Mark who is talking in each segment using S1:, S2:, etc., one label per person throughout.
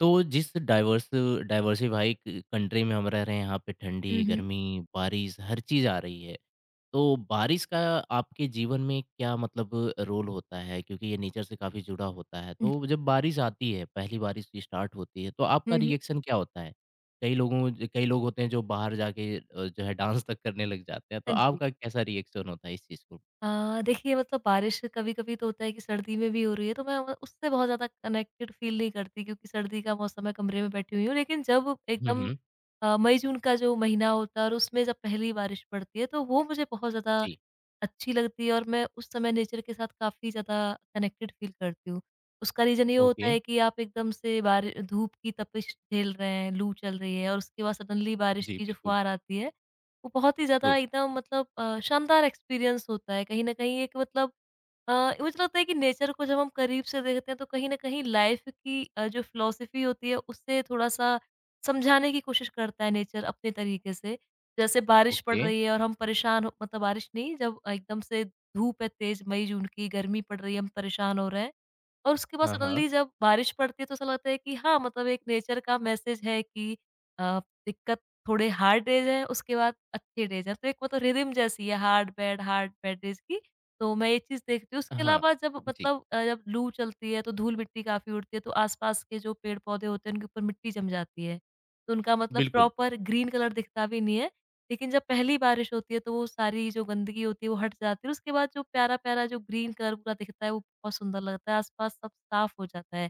S1: तो जिस diverse diversify क कंट्री में हम रह रहे हैं, यहाँ पे ठंडी,
S2: हुँ, हुँ।
S1: गर्मी, बारिश हर चीज़ आ रही है। तो बारिश का आपके जीवन में क्या मतलब रोल होता है? क्योंकि ये नेचर से काफ़ी जुड़ा होता है। तो जब बारिश आती है, पहली बारिश स्टार्ट होती है, तो आपका
S2: हुँ, हुँ,
S1: रिएक्शन क्या होता है? कई लोग होते हैं जो बाहर जाके जो है डांस तक करने लग जाते हैं, तो
S2: हाँ जी।
S1: आपका कैसा रिएक्शन होता है इस चीज़ को?
S2: देखिए मतलब बारिश कभी-कभी तो होता है कि सर्दी में भी हो रही है, तो मैं व उससे बहुत ज़्यादा कनेक्टेड फ़ील नहीं करती, क्योंकि सर्दी का मौसम है, कमरे में बैठी हुई हूँ। लेकिन जब
S1: हुँ,
S2: एकदम
S1: हुँ।
S2: मई-जून का जो महीना होता है और उसमें जब पहली बारिश पड़ती है, तो वो मुझे बहुत ज़्यादा
S1: जी,
S2: अच्छी लगती है और मैं उस समय नेचर के साथ काफ़ी ज़्यादा कनेक्टेड फ़ील करती हूँ। उसका रीज़न ये होता
S1: ओके।
S2: है कि आप एकदम से बारि धूप की तपिश झेल रहे हैं, लू चल रही है और उसके बाद सडनली बारिश
S1: जी,
S2: की जो
S1: बिल्कुल,
S2: फुहार आती है, वो बहुत ही
S1: ट्रू।
S2: ज़्यादा एकदम मतलब शानदार एक्सपीरियंस होता है। कहीं न कहीं एक मतलब अ, मुझे लगता है कि नेचर को जब हम करीब से देखते हैं, तो कहीं न कहीं लाइफ़ की जो फ़िलॉसफ़ी होती है, उससे थोड़ा-सा समझाने की कोशिश करता है नेचर अपने तरीके से। जैसे बारिश पड़
S1: ओके।
S2: रही है और हम परेशान हो मतलब बारिश नहीं, जब एकदम से धूप है, तेज मई जून की गर्मी पड़ रही है, हम परेशान हो रहे हैं और उसके बाद
S1: हाँ, हाँ।
S2: सडनली जब बारिश पड़ती है, तो ऐसा लगता है कि हाँ, मतलब एक नेचर का मैसेज है कि अ, दिक्कत, थोड़े हार्ड डेज हैं उसके बाद अच्छे डेज हैं, तो एक मतलब रिदम जैसी है हार्ड बैड डेज की। तो मैं ये चीज़ देखती हूँ। उसके
S1: हाँ।
S2: अलावा जब
S1: जी,
S2: मतलब अ, जब लू चलती है, तो धूल मिट्टी काफ़ी उड़ती है, तो आसपास के जो पेड़ पौधे होते हैं उनके ऊपर मिट्टी जम जाती है, तो उनका मतलब
S1: बिल्कुल।
S2: प्रॉपर ग्रीन कलर दिखता भी नहीं है। लेकिन जब पहली बारिश होती है, तो वो सारी जो गंदगी होती है वो हट जाती है। उसके बाद जो प्यारा-प्यारा जो ग्रीन कलर पूरा दिखता है वो बहुत सुंदर लगता है, आस-पास सब साफ हो जाता है।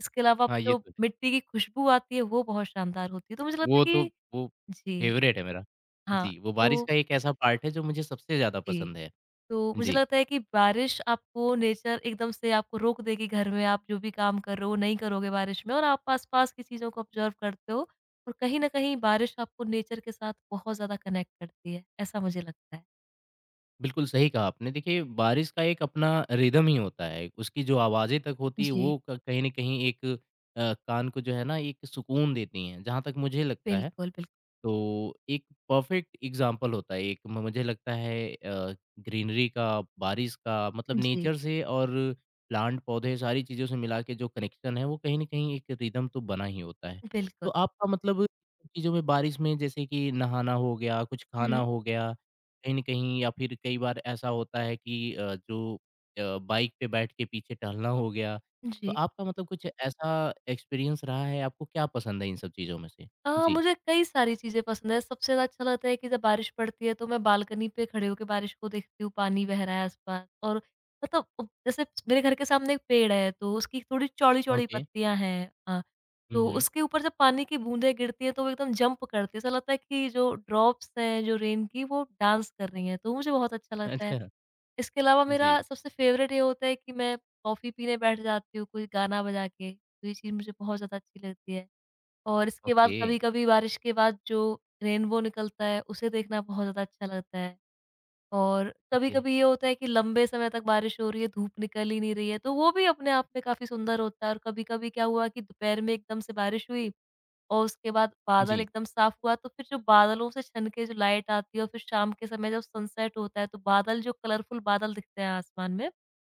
S2: इसके अलावा
S1: हाँ, ये
S2: जो
S1: तो है।
S2: मिट्टी की खुशबू आती है वो बहुत शानदार होती है। तो मुझे लगता
S1: वो
S2: है
S1: तो
S2: कि।
S1: वो
S2: जी,
S1: फ़ेवरेट है मेरा।
S2: हाँ।
S1: जी, वो बारिश
S2: तो
S1: का एक ऐसा पार्ट है जो मुझे सबसे ज़्यादा
S2: जी।
S1: पसंद है।
S2: तो मुझे
S1: जी,
S2: लगता है कि बारिश आपको, नेचर एकदम से आपको रोक देगी, घर में आप जो भी काम कर रहे हो नहीं करोगे बारिश में और आप आस-पास की चीज़ों को ऑब्ज़र्व करते हो और कहीं न कहीं बारिश आपको नेचर के साथ बहुत ज़्यादा कनेक्ट करती है। ऐसा मुझे लगता है।
S1: बिल्कुल सही कहा आपने। देखिए, बारिश का एक अपना रिदम ही होता है। उसकी जो आवाज़ें तक होती हैं
S2: जी।
S1: वो क कहीं न कहीं एक कान को जो है ना एक सुकून देती हैं, जहाँ तक मुझे लगता है।
S2: बिल्कुल, बिल्कुल।
S1: तो एक परफेक्ट एग्जाम्पल होता है एक मुझे लगता है ग्रीनरी का। बारिश का मतलब
S2: जी,
S1: नेचर से और प्लांट पौधे सारी चीज़ों से मिला के जो कनेक्शन है वो कहीं ना कहीं एक रिदम तो बना ही होता है। तो
S2: बिल्कुल।
S1: आपका मतलब चीज़ों में बारिश में जैसे कि नहाना हो गया, कुछ खाना
S2: हुँ,
S1: हो गया, कहीं ना कहीं, या फिर कई बार ऐसा होता है कि बाइक पे बैठ के पीछे टहलना हो गया। तो
S2: जी।
S1: आपका मतलब कुछ ऐसा एक्सपीरियंस रहा है आपको, क्या पसंद है इन सब चीज़ों में से? जी।
S2: मुझे कई सारी चीज़ें पसंद हैं। सबसे ज़्यादा अच्छा लगता है कि जब बारिश पड़ती है, तो मैं बालकनी पे खड़े होके बारिश को देखती हूँ, पानी बह रहा है आस-पास और मतलब उ जैसे मेरे घर के सामने एक पेड़ है, तो उसकी थोड़ी चौड़ी-चौड़ी
S1: ओके।
S2: पत्तियाँ हैं,
S1: हुँ,
S2: तो
S1: हुँ।
S2: उसके ऊपर जब पानी की बूँदें गिरती हैं, तो वो एकदम जंप करती है। ऐसा लगता है कि जो ड्रॉप्स हैं, जो रेन की, वो डांस कर रही हैं, तो मुझे बहुत अच्छा लगता है।
S1: अच्छा,
S2: इसके अलावा
S1: जी।
S2: मेरा सबसे फ़ेवरेट ये होता है कि मैं कॉफ़ी पीने बैठ जाती हूँ, कोई गाना बजा के, तो ये चीज़ मुझे बहुत ज़्यादा अच्छी लगती है। और इसके बाद
S1: ओके,
S2: कभी-कभी बारिश के बाद जो रेनबो निकलता है, उसे देखना बहुत ज़्यादा अच्छा लगता है। और
S1: ओके।
S2: कभी-कभी ये होता है कि लंबे समय तक बारिश हो रही है, धूप निकल ही नहीं रही है, तो वो भी अपने आप में काफ़ी सुंदर होता है। और कभी-कभी क्या हुआ कि दोपहर में एकदम से बारिश हुई और उसके बाद बादल
S1: जी,
S2: एकदम साफ हुआ, तो फिर जो बादलों से छन के जो लाइट आती है और फिर शाम के समय जब सनसेट होता है, तो बादल, जो कलरफुल बादल दिखते हैं आसमान में,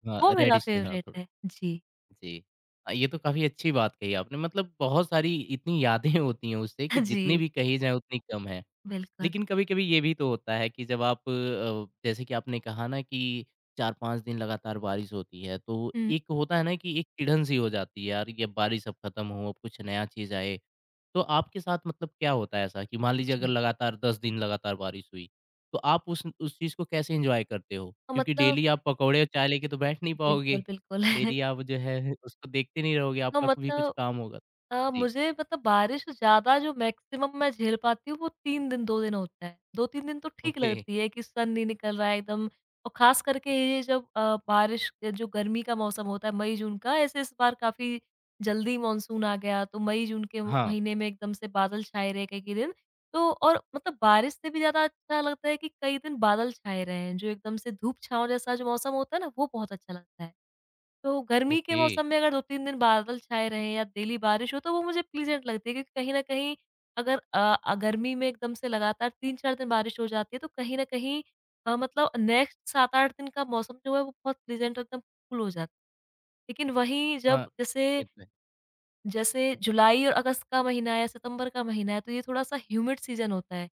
S1: हाँ,
S2: वो मेरा
S1: रेडिश, हाँ,
S2: फ़ेवरेट
S1: थोड़ा।
S2: है। जी।
S1: जी। ये तो काफ़ी अच्छी बात कही आपने मतलब बहुत सारी इतनी यादें होती हैं उससे कि जितनी
S2: जी,
S1: भी कही जाएँ उतनी कम है।
S2: बिल्कुल।
S1: लेकिन कभी-कभी ये भी तो होता है कि जब आप जैसे कि आपने कहा ना कि 4-5 दिन लगातार बारिश होती है, तो
S2: हुँ,
S1: एक होता है ना कि एक चिढ़न-सी हो जाती है, यार ये बारिश अब खत्म हो, अब कुछ नया चीज़ आए। तो आपके साथ मतलब क्या होता है ऐसा कि मान लीजिए अगर
S2: जी।
S1: लगातार 10 दिन लगातार बारिश हुई, तो आप उस चीज़ को कैसे एन्जॉय करते हो?
S2: तो
S1: क्योंकि
S2: मतलब
S1: डेली आप पकौड़े और चाय लेके तो बैठ नहीं पाओगे।
S2: बिल्कुल, बिल्कुल।
S1: डेली आप जो है उसको देखते नहीं रहोगे,
S2: तो
S1: आपका भी कुछ
S2: मतलब
S1: काम होगा। जी,
S2: मुझे मतलब बारिश ज़्यादा जो मैक्सिमम मैं झेल पाती हूँ वो 3 दिन 2 दिन होता है। 2-3 दिन तो ठीक
S1: ओके।
S2: लगती है कि सन नहीं निकल रहा है एकदम, और ख़ास करके ये जब जो गर्मी का मौसम होता है मई-जून का, ऐसे इस बार काफ़ी जल्दी मानसून आ गया, तो मई-जून के
S1: हाँ,
S2: महीने में एकदम से बादल छाए रहे कई-कई दिन। तो और मतलब बारिश से भी ज़्यादा अच्छा लगता है कि कई दिन बादल छाए रहे हैं, जो एकदम से धूप-छाँव जैसा जो मौसम होता है ना, वो बहुत अच्छा लगता है। तो गर्मी के
S1: ओके।
S2: मौसम में अगर 2-3 दिन बादल छाए रहें या डेली बारिश हो, तो वो मुझे प्लीज़ेंट लगती है, क्योंकि कहीं न कहीं अगर गर्मी में एकदम से लगातार 3-4 दिन बारिश हो जाती है, तो कहीं न कहीं मतलब नेक्स्ट 7-8 दिन का मौसम जो है वो बहुत प्लीज़ेंट और एकदम कूल हो जाता है। लेकिन वहीं
S1: हाँ,
S2: जब जैसे
S1: ये तो है।
S2: जैसे जुलाई और अगस्त का महीना है, सितंबर का महीना है, तो ये थोड़ा-सा ह्यूमिड सीज़न होता है।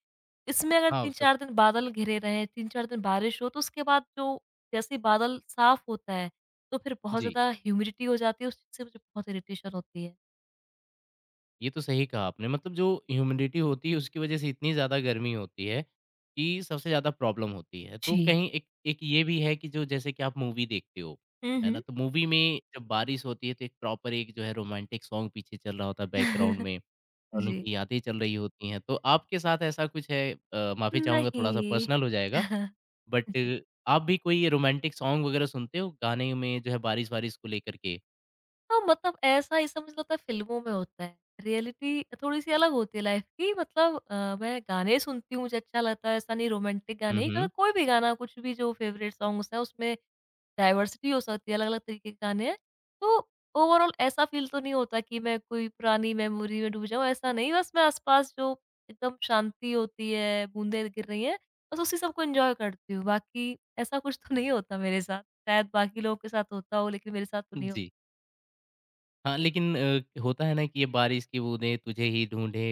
S2: इसमें अगर
S1: हाँ, वो सब।
S2: 3-4 दिन बादल घिरे रहें, 3-4 दिन बारिश हो, तो उसके बाद जो जैसे ही बादल साफ होता है, तो फिर बहुत
S1: जी।
S2: ज़्यादा ह्यूमिडिटी हो जाती है, उससे मुझे बहुत इरिटेशन होती है।
S1: ये तो सही कहा आपने मतलब जो ह्यूमिडिटी होती है उसकी वजह से इतनी ज़्यादा गर्मी होती है कि सबसे ज़्यादा प्रॉब्लम होती है। तो
S2: जी।
S1: कहीं एक एक ये भी है कि जो जैसे कि आप मूवी देखते हो,
S2: हुँ,
S1: है ना?
S2: हुँ।
S1: तो मूवी में जब बारिश होती है तो एक प्रॉपर एक जो है रोमांटिक सॉन्ग पीछे चल रहा होता है बैकग्राउंड में, और
S2: जी।
S1: उनकी यादें चल रही होती हैं। तो आपके साथ ऐसा कुछ है? माफ़ी चाहूँगा, थोड़ा-सा
S2: नहीं।
S1: पर्सनल हो जाएगा,
S2: जी।
S1: बट आप भी कोई रोमांटिक सॉन्ग वग़ैरह सुनते हो गाने में जो है बारिश-वारिश को लेकर के?
S2: हाँ, मतलब ऐसा ही समझ लो, होता है फ़िल्मों में होता है। रियलिटी थोड़ी-सी अलग होती है लाइफ़ की, मतलब मैं गाने सुनती हूँ, मुझे अच्छा लगता है, ऐसा नहीं रोमांटिक
S1: हुँ,
S2: गाने ही,
S1: हुँ।
S2: मतलब कोई भी गाना कुछ भी, जो फ़ेवरेट सॉन्ग्स हैं उसमें डाइवर्सिटी हो सकती है, अलग-अलग तरीके के गाने हैं। तो ओवरऑल ऐसा फ़ील तो नहीं होता कि मैं कोई पुरानी मेमोरी में डूब जाऊँ, ऐसा नहीं, बस मैं आस-पास जो एकदम शांति होती है, बूँदें गिर रही हैं, बस उसी सब को एन्जॉय करती हूँ। बाकी ऐसा कुछ तो नहीं होता मेरे साथ, शायद बाकी लोगों के साथ होता हो लेकिन मेरे साथ तो नहीं होता।
S1: जी। हाँ, लेकिन होता है ना कि ये बारिश की बूंदें तुझे ही ढूँढे,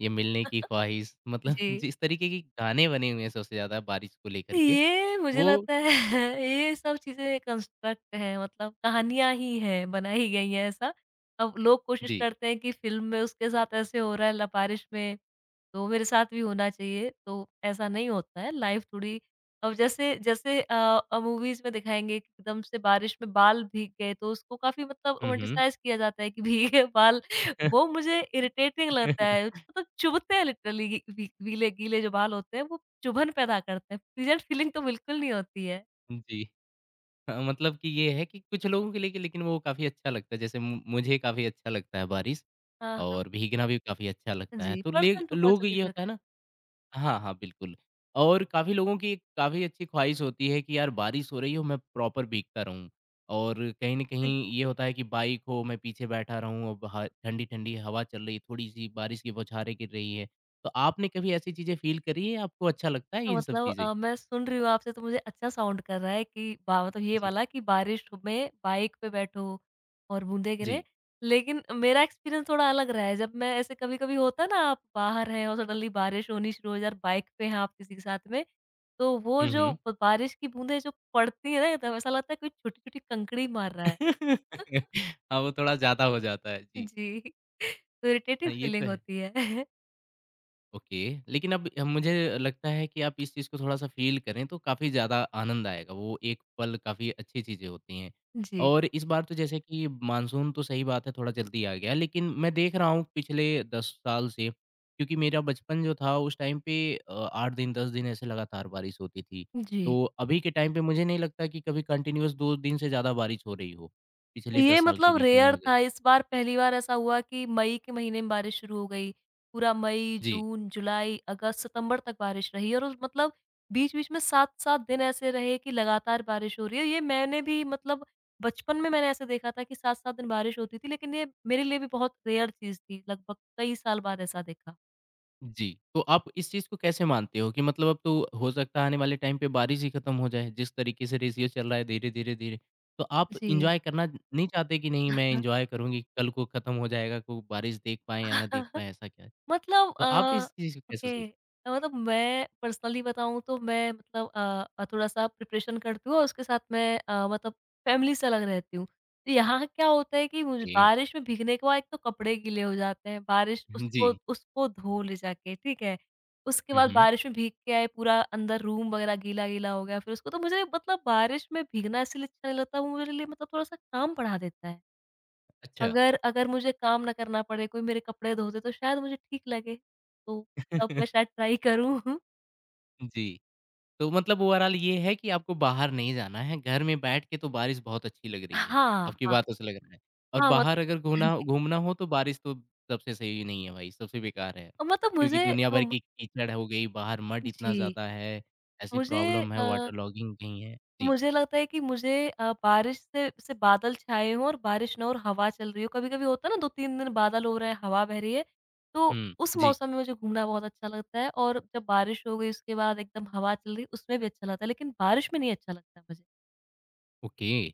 S1: ये मिलने की ख्वाहिश मतलब
S2: जी।
S1: जिस तरीके के गाने बने हुए हैं सबसे ज़्यादा बारिश को लेकर के,
S2: ये मुझे
S1: वो।
S2: लगता है ये सब चीज़ें कंस्ट्रक्ट हैं, मतलब कहानियाँ ही हैं, बनाई गई हैं ऐसा। अब लोग कोशिश
S1: जी।
S2: करते हैं कि फ़िल्म में उसके साथ ऐसे हो रहा है, लपारिश में तो मेरे साथ भी होना चाहिए, तो ऐसा नहीं होता है, लाइफ़ थोड़ी। अब जैसे जैसे मूवीज़ में दिखाएँगे कि एकदम से बारिश में बाल भीग गए, तो उसको काफ़ी मतलब
S1: हुँ, हुँ।
S2: रोमांटिसाइज़ किया जाता है कि भीगे बाल, वो मुझे इरिटेटिंग लगता है, मतलब चुभते हैं लिटरली, गी वी गीले गीले जो बाल होते हैं, वो चुभन पैदा करते हैं, प्लीज़ेंट फीलिंग तो बिल्कुल नहीं होती है।
S1: जी। मतलब कि ये है कि कुछ लोगों के लिए लेकिन वो काफ़ी अच्छा लगता है, जैसे मु मुझे काफ़ी अच्छा लगता है बारिश,
S2: हाँ, हाँ।
S1: और भीगना भी काफ़ी अच्छा लगता है।
S2: जी,
S1: तो ले
S2: पर्सन टू
S1: लोग
S2: पर्सन
S1: ये
S2: डिफ़र
S1: होता है
S2: करते
S1: ना। हाँ, हाँ, बिल्कुल। और काफ़ी लोगों की एक काफ़ी अच्छी ख़्वाहिश होती है कि यार बारिश हो रही हो, मैं प्रॉपर भीगता रहूँ। और कहीं न
S2: हैं।
S1: कहीं ये होता है कि बाइक हो, मैं पीछे बैठा रहूँ और बाहर ठंडी-ठंडी हवा चल रही है, थोड़ी-सी बारिश की बौछारें गिर रही है। तो आपने कभी ऐसी चीज़ें फ़ील करी है? आपको अच्छा लगता है इन सब
S2: मतलब
S1: चीज़ें?
S2: मैं सुन रही हूँ आपसे, तो मुझे अच्छा साउंड कर रहा है कि बा मतलब ये
S1: जी,
S2: वाला कि बारिश में बाइक पे बैठो और बूंदे गिरे।
S1: जी।
S2: लेकिन मेरा एक्सपीरियंस थोड़ा अलग रहा है। जब मैं ऐसे, कभी-कभी होता है ना, आप बाहर हैं और सडनली बारिश होनी शुरू हो जाए और बाइक पे हैं आप किसी के साथ में, तो वो
S1: हुँ,
S2: जो
S1: हुँ।
S2: ब बारिश की बूंदें जो पड़ती हैं ना, एकदम ऐसा लगता है कोई छोटी-छोटी कंकड़ी मार रहा है।
S1: हाँ, वो थोड़ा ज़्यादा हो जाता है। जी।
S2: जी। तो
S1: हाँ,
S2: इरिटेटिंग
S1: ये तो
S2: फीलिंग
S1: है।
S2: होती है।
S1: ओके। लेकिन अब मुझे लगता है कि आप इस चीज़ को थोड़ा-सा फ़ील करें तो काफ़ी ज़्यादा आनंद आएगा, वो एक पल काफ़ी अच्छी चीज़ें होती हैं।
S2: जी।
S1: और इस बार तो जैसे कि मानसून तो सही बात है थोड़ा जल्दी आ गया, लेकिन मैं देख रहा हूँ पिछले 10 साल से क्योंकि मेरा बचपन जो था उस टाइम पे 8 दिन 10 दिन ऐसे लगातार बारिश होती थी।
S2: जी।
S1: तो अभी के टाइम पे मुझे नहीं लगता कि कभी कंटीन्यूअस 2 दिन से ज़्यादा बारिश हो रही हो, पिछले
S2: ये
S1: 10 साल के
S2: मतलब
S1: बीच में
S2: रेयर
S1: अगर।
S2: था, इस बार पहली बार ऐसा हुआ कि मई के महीने में बारिश शुरू हो गई। पूरा मई,
S1: जी।
S2: जून, जुलाई, अगस्त, सितंबर तक बारिश रही और उस मतलब बीच-बीच में 7-7 दिन ऐसे रहे कि लगातार बारिश हो रही है। ये मैंने भी मतलब बचपन में मैंने ऐसे देखा था कि 7-7 दिन बारिश होती थी, लेकिन ये मेरे लिए भी बहुत रेयर चीज़ थी। लगभग कई साल बाद ऐसा देखा।
S1: जी, तो आप इस चीज़ को कैसे मानते हो कि मतलब अब तो हो सकता है आने वाले टाइम पे बारिश ही खत्म हो जाए, जिस तरीके से रेशियो चल रहा है धीरे, धीरे, धीरे। तो आप
S2: जी।
S1: एन्जॉय करना नहीं चाहते कि नहीं मैं एन्जॉय करूँगी, कल को खत्म हो जाएगा, को बारिश देख पाएँ या ना देख पाएँ, ऐसा क्या है?
S2: मतलब
S1: तो आप इस चीज़ को कैसे सोचते
S2: ओके, मतलब मैं पर्सनली बताऊँ तो मैं मतलब थोड़ा-सा प्रिपरेशन करती हूँ और उसके साथ मैं मतलब फैमिली से अलग रहती हूँ। तो यहाँ क्या होता है कि मुझे
S1: हैं?
S2: बारिश में भीगने के बाद एक तो कपड़े गीले हो जाते हैं, बारिश
S1: जी।
S2: उसको उसको धो ले जाके, ठीक है? उसके
S1: हुँ,
S2: बाद
S1: हुँ।
S2: बारिश में भीग के आए, पूरा अंदर रूम वगैरह गीला-गीला हो गया, फिर उसको तो मुझे बारिश में भीगना इसलिए अच्छा नहीं लगता, वो मेरे लिए मतलब थोड़ा-सा काम बढ़ा देता है।
S1: अच्छा।
S2: अगर अगर मुझे काम ना करना पड़े, कोई मेरे कपड़े धो दे तो शायद मुझे ठीक लगे, तो तब मैं शायद ट्राई करूँ।
S1: जी। तो मतलब ओवरऑल ये है कि आपको बाहर नहीं जाना है, घर में बैठ के तो बारिश बहुत अच्छी लग रही है,
S2: हाँ,
S1: आपकी
S2: हाँ।
S1: बातों से लग रहा है। और
S2: हाँ, मत
S1: बाहर अगर घूना
S2: जी।
S1: घूमना हो तो बारिश तो सबसे सही नहीं है भाई, सबसे बेकार है।
S2: मतलब
S1: क्योंकि
S2: मुझे
S1: दुनिया भर
S2: उम,
S1: की कीचड़ हो गई, बाहर मड इतना
S2: जी,
S1: ज़्यादा है, ऐसी
S2: मुझे
S1: प्रॉब्लम है,
S2: अ,
S1: वाटर लॉगिंग नहीं है। जी।
S2: मुझे लगता है कि मुझे बारिश से बादल छाए हों और बारिश ना हो और हवा चल रही हो। कभी-कभी होता है ना 2-3 दिन बादल हो रहा है, हवा बह रही है, तो
S1: हुँ,
S2: उस
S1: जी,
S2: मौसम में मुझे घूमना बहुत अच्छा लगता है और जब बारिश हो गई उसके बाद एकदम हवा चल रही, उसमें भी अच्छा लगता है, लेकिन बारिश में नहीं अच्छा लगता मुझे।
S1: ओके।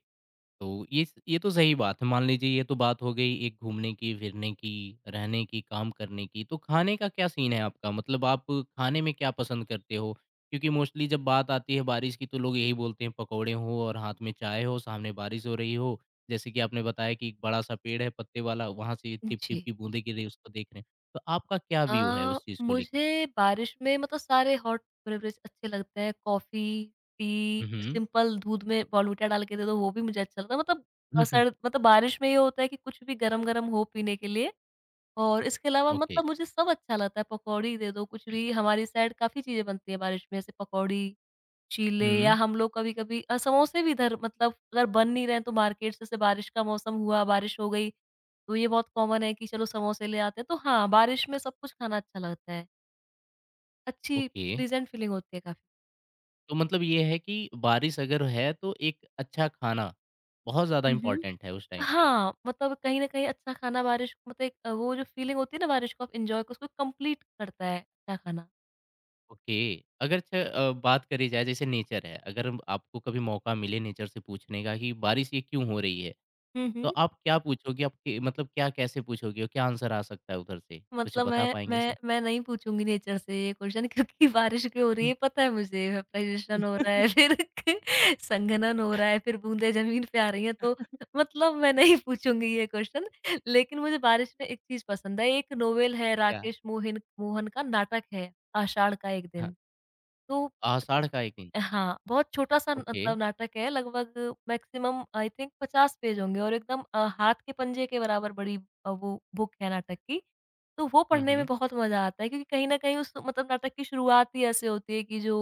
S1: तो ये तो सही बात है। मान लीजिए ये तो बात हो गई एक घूमने की, फिरने की, रहने की, काम करने की। तो खाने का क्या सीन है आपका? मतलब आप खाने में क्या पसंद करते हो? क्योंकि मोस्टली जब बात आती है बारिश की तो लोग यही बोलते हैं पकोड़े हो और हाथ में चाय हो, सामने बारिश हो रही हो। जैसे कि आपने बताया कि एक बड़ा-सा पेड़ है पत्ते वाला, वहाँ से टिप-टिप
S2: जी।
S1: की बूँदें गिर रही है उसको देख रहे हैं। तो आपका क्या व्यू है उस चीज़ को लेके?
S2: मुझे बारिश में मतलब सारे हॉट बेवरेज अच्छे लगते हैं। कॉफ़ी,
S1: हुँ,
S2: टी,
S1: हुँ।
S2: सिंपल दूध में बॉर्नविटा डाल के दे दो, वो भी मुझे अच्छा लगता है। सर्द मतलब बारिश में ये होता है कि कुछ भी गरम-गरम हो पीने के लिए और इसके अलावा
S1: ओके।
S2: मतलब मुझे सब अच्छा लगता है। पकौड़ी दे दो, कुछ भी हमारी साइड काफ़ी चीज़ें बनती हैं बारिश में, जैसे पकौड़ी चीले या
S1: हुँ,
S2: हम लोग कभी-कभी समोसे भी इधर मतलब अगर बन नहीं रहे हैं तो मार्केट से जैसे बारिश का मौसम हुआ, बारिश हो गई, तो ये बहुत कॉमन है कि चलो समोसे ले आते हैं। तो हाँ, बारिश में सब कुछ खाना अच्छा लगता है। अच्छी
S1: ओके।
S2: प्लीज़ेंट फीलिंग होती है काफ़ी।
S1: तो मतलब ये है कि बारिश अगर है तो एक अच्छा खाना बहुत ज़्यादा
S2: हुँ, हुँ।
S1: इम्पोर्टेंट है उस टाइम पे।
S2: हाँ, मतलब कहीं न कहीं अच्छा खाना बारिश मतलब एक वो जो फीलिंग होती है ना बारिश को आप एन्जॉय उसको कंप्लीट करता है अच्छा खाना।
S1: ओके, अगर छ अ, बात करी जाए जैसे नेचर है, अगर आपको कभी मौका मिले नेचर से पूछने का कि बारिश ये क्यों हो रही है?
S2: हुँ,
S1: तो
S2: हुँ।
S1: आप क्या पूछोगे? आप के मतलब क्या कैसे पूछोगे और क्या आंसर आ सकता है उधर से? कुछ
S2: मतलब
S1: बता
S2: मैं
S1: पाएँगे
S2: मैं
S1: ऐसे?
S2: मैं नहीं पूछूँगी नेचर से ये क्वेश्चन क्योंकि बारिश क्यों हो रही
S1: हुँ,
S2: है पता है मुझे वेपराइज़ेशन हो रहा है फिर संघनन हो रहा है, फिर बूँदें ज़मीन पे आ रही हैं तो मतलब मैं नहीं पूछूँगी ये क्वेश्चन। लेकिन मुझे बारिश में एक चीज़ पसंद है, एक नोवेल है
S1: क्या?
S2: राकेश मोहिन मोहन का नाटक है आषाढ़ का एक
S1: हाँ,
S2: दिन। तो
S1: आषाढ़ का एक दिन।
S2: हाँ, बहुत छोटा-सा
S1: ओके।
S2: मतलब नाटक है लगभग मैक्सिमम आई थिंक 50 पेज होंगे और एकदम हाथ के पंजे के बराबर बड़ी वो बुक है नाटक की। तो वो
S1: हुँ,
S2: पढ़ने में
S1: हुँ।
S2: बहुत मज़ा आता है क्योंकि कहीं न कहीं उस मतलब नाटक की शुरुआत ही ऐसे होती है कि जो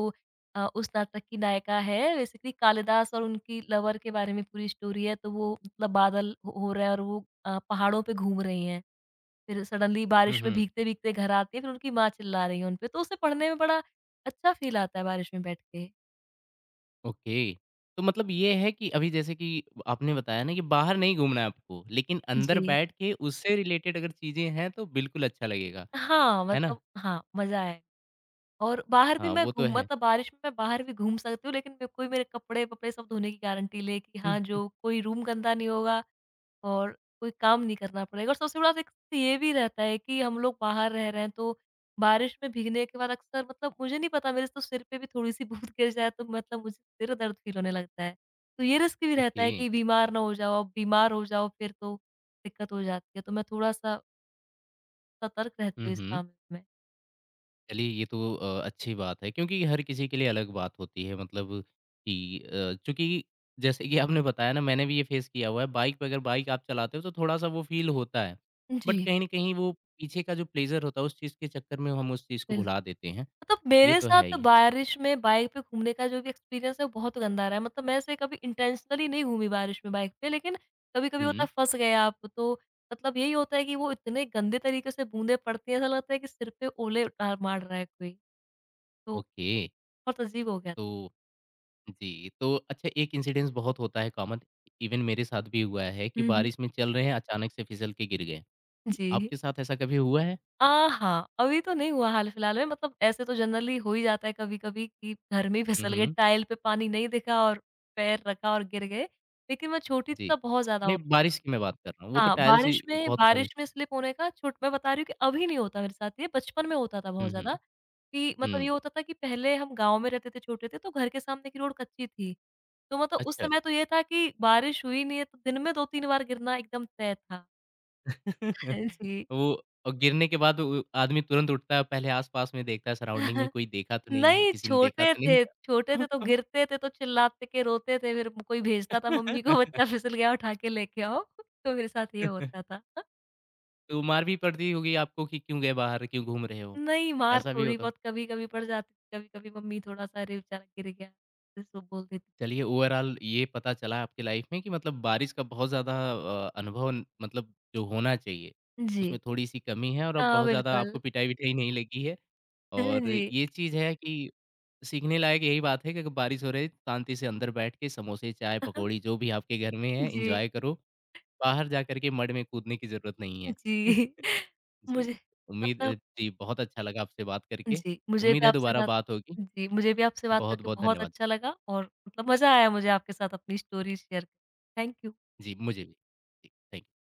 S2: उस नाटक की नायिका है बेसिकली कालिदास और उनकी लवर के बारे में पूरी स्टोरी है। तो वो मतलब बादल हो रहा है और वो पहाड़ों पे घूम रही हैं। फिर सडनली
S1: हुँ,
S2: बारिश में
S1: हुँ।
S2: भीगते-भीगते घर आती हैं, फिर उनकी माँ चिल्ला रही है उन पे। तो उसे पढ़ने में बड़ा अच्छा फ़ील आता है बारिश में बैठ के।
S1: ओके। तो मतलब ये है कि अभी जैसे कि आपने बताया ना कि बाहर नहीं घूमना है आपको, लेकिन अंदर
S2: जी।
S1: बैठ के उससे रिलेटेड अगर चीज़ें हैं तो बिल्कुल अच्छा लगेगा,
S2: हाँ,
S1: है ना?
S2: मतलब हाँ, मज़ा आए और बाहर भी
S1: हाँ,
S2: मैं
S1: वो तो
S2: घूम
S1: है।
S2: मतलब बारिश में मैं बाहर भी घूम सकती हूँ, लेकिन मे कोई मेरे कपड़े-वपड़े सब धोने की गारंटी ले कि
S1: हुँ,
S2: हाँ,
S1: हुँ,
S2: जो कोई रूम गंदा नहीं होगा और कोई काम नहीं करना पड़ेगा और सबसे बड़ा एक तो ये भी रहता है कि हम लोग बाहर रह रहे हैं, तो बारिश में भीगने के बाद अक्सर मतलब मुझे नहीं पता मेरे तो सिर पे भी थोड़ी-सी बूँद गिर जाए, तो मतलब मुझे सिर दर्द फ़ील होने लगता है। तो ये रिस्क भी रहता
S1: ओके।
S2: है कि बीमार ना हो जाओ, अब बीमार हो जाओ फिर तो दिक्कत हो जाती है, तो मैं थोड़ा-सा सतर्क रहती
S1: हुँ,
S2: हूँ इस
S1: हुँ।
S2: मामले में।
S1: चलिए ये तो अच्छी बात है क्योंकि हर किसी के लिए अलग बात होती है मतलब कि चूँकि जैसे कि आपने बताया ना मैंने भी ये फ़ेस किया हुआ है बाइक पे, अगर बाइक आप चलाते हो तो थोड़ा-सा वो फ़ील होता है। बट
S2: जी,
S1: कहीं न कहीं वो पीछे का जो प्लेज़र होता है उस चीज़ के चक्कर में हम उस चीज़ को
S2: बिल्क
S1: भुला देते हैं।
S2: मतलब
S1: ये
S2: मेरे
S1: तो है
S2: साथ
S1: ही।
S2: बारिश में बाइक पे घूमने का जो भी एक्सपीरियंस है, वो बहुत गंदा रहा है। मतलब मैं ऐसे कभी इंटेंशनली नहीं घूमी बारिश में बाइक पे, लेकिन कभी-कभी होता
S1: हुँ।
S2: है फँस गए आप, तो मतलब यही होता है कि वो इतने गंदे तरीके से बूँदें पड़ती हैं, ऐसा लगता है कि सिर पे ओले उतार मार रहा है कोई। तो
S1: ओके।
S2: बहुत अजीब हो गया।
S1: तो जी, तो अच्छा एक इंसिडेंस बहुत होता है कॉमन, इवन मेरे साथ भी हुआ है कि
S2: हुँ, हुँ।
S1: बारिश में चल रहे हैं, अचानक से फिसल के गिर गए।
S2: जी।
S1: आपके साथ ऐसा कभी हुआ है?
S2: अ, हाँ, अभी तो नहीं हुआ हाल-फिलहाल में, मतलब ऐसे तो जनरली हो ही जाता है कभी-कभी कि घर में ही
S1: हुँ,
S2: फिसल गए,
S1: हुँ।
S2: टाइल पे पानी नहीं दिखा और पैर रखा और गिर गए। लेकिन मैं छोटी थी
S1: जी।
S2: तब बहुत ज़्यादा
S1: नहीं,
S2: हो
S1: बारिश की मैं बात कर रहा हूँ, वो तो
S2: हाँ,
S1: टाइल्स ही
S2: बारिश में
S1: बहुत कॉमन।
S2: बारिश में स्लिप होने का छूट मैं बता रही हूँ कि अभी नहीं होता मेरे साथ ये, बचपन में होता था
S1: हुँ,
S2: बहुत
S1: हुँ।
S2: ज़्यादा, कि मतलब
S1: हुँ,
S2: ये होता था कि पहले हम गाँव में रहते थे, छोटे थे, तो घर के सामने की रोड कच्ची थी। तो मतलब उस
S1: अच्छा।
S2: समय तो ये था कि बारिश हुई नहीं है, तो दिन में 2-3 बार गिरना एकदम तय था। जी।
S1: वो और गिरने के बाद वो आदमी तुरंत उठता है, पहले आस-पास में देखता है, सराउंडिंग में कोई देखा तो नहीं है,
S2: नहीं,
S1: किसी ने देखा
S2: छोटे
S1: तो नहीं
S2: थे छोटे थे तो
S1: है।
S2: गिरते थे, तो चिल्लाते के रोते थे, फिर कोई भेजता था मम्मी को, "बच्चा फिसल गया, उठा के लेके आओ।" तो मेरे साथ ये होता था।
S1: तो मार भी पड़ती होगी आपको कि क्यों गए बाहर, क्यों घूम रहे हो?
S2: नहीं, मार
S1: ऐसा भी
S2: थोड़ी
S1: होता।
S2: बहुत कभी-कभी पड़ जाती थी, कभी-कभी मम्मी थोड़ा-सा अरे बेचारा गिर गया, ऐसे सो बोल देती।
S1: चलिए ओवरऑल ये पता चला आपकी लाइफ में कि मतलब बारिश का बहुत ज़्यादा अनुभव मतलब जो होना चाहिए
S2: जी।
S1: उसमें थोड़ी सी कमी है, और अब
S2: हाँ,
S1: बहुत ज़्यादा आपको
S2: बिल्कुल।
S1: पिटाई विटाई नहीं लगी है और
S2: जी।
S1: ये चीज़ है कि सीखने लायक यही बात है कि अगर बारिश हो रही है, शांति से अंदर बैठ के समोसे चाय पकौड़ी जो भी आपके घर में है
S2: जी,
S1: इंजॉय करो, बाहर जा करके मड में कूदने की ज़रूरत नहीं है।
S2: जी।
S1: जी।
S2: मुझे
S1: उम्मीद,
S2: मतलब
S1: जी, बहुत अच्छा लगा आपसे बात करके।
S2: जी, मुझे
S1: उम्मीद
S2: भी
S1: है
S2: आपसे
S1: दोबारा
S2: बात
S1: बात होगी।
S2: जी, मुझे भी आपसे बात
S1: बहुत
S2: करके
S1: बहुत
S2: बहुत
S1: धन्यवाद।
S2: अच्छा लगा और मतलब मज़ा आया मुझे आपके साथ अपनी स्टोरी शेयर थैंक यू।
S1: जी मुझे भी। जी थैंक यू।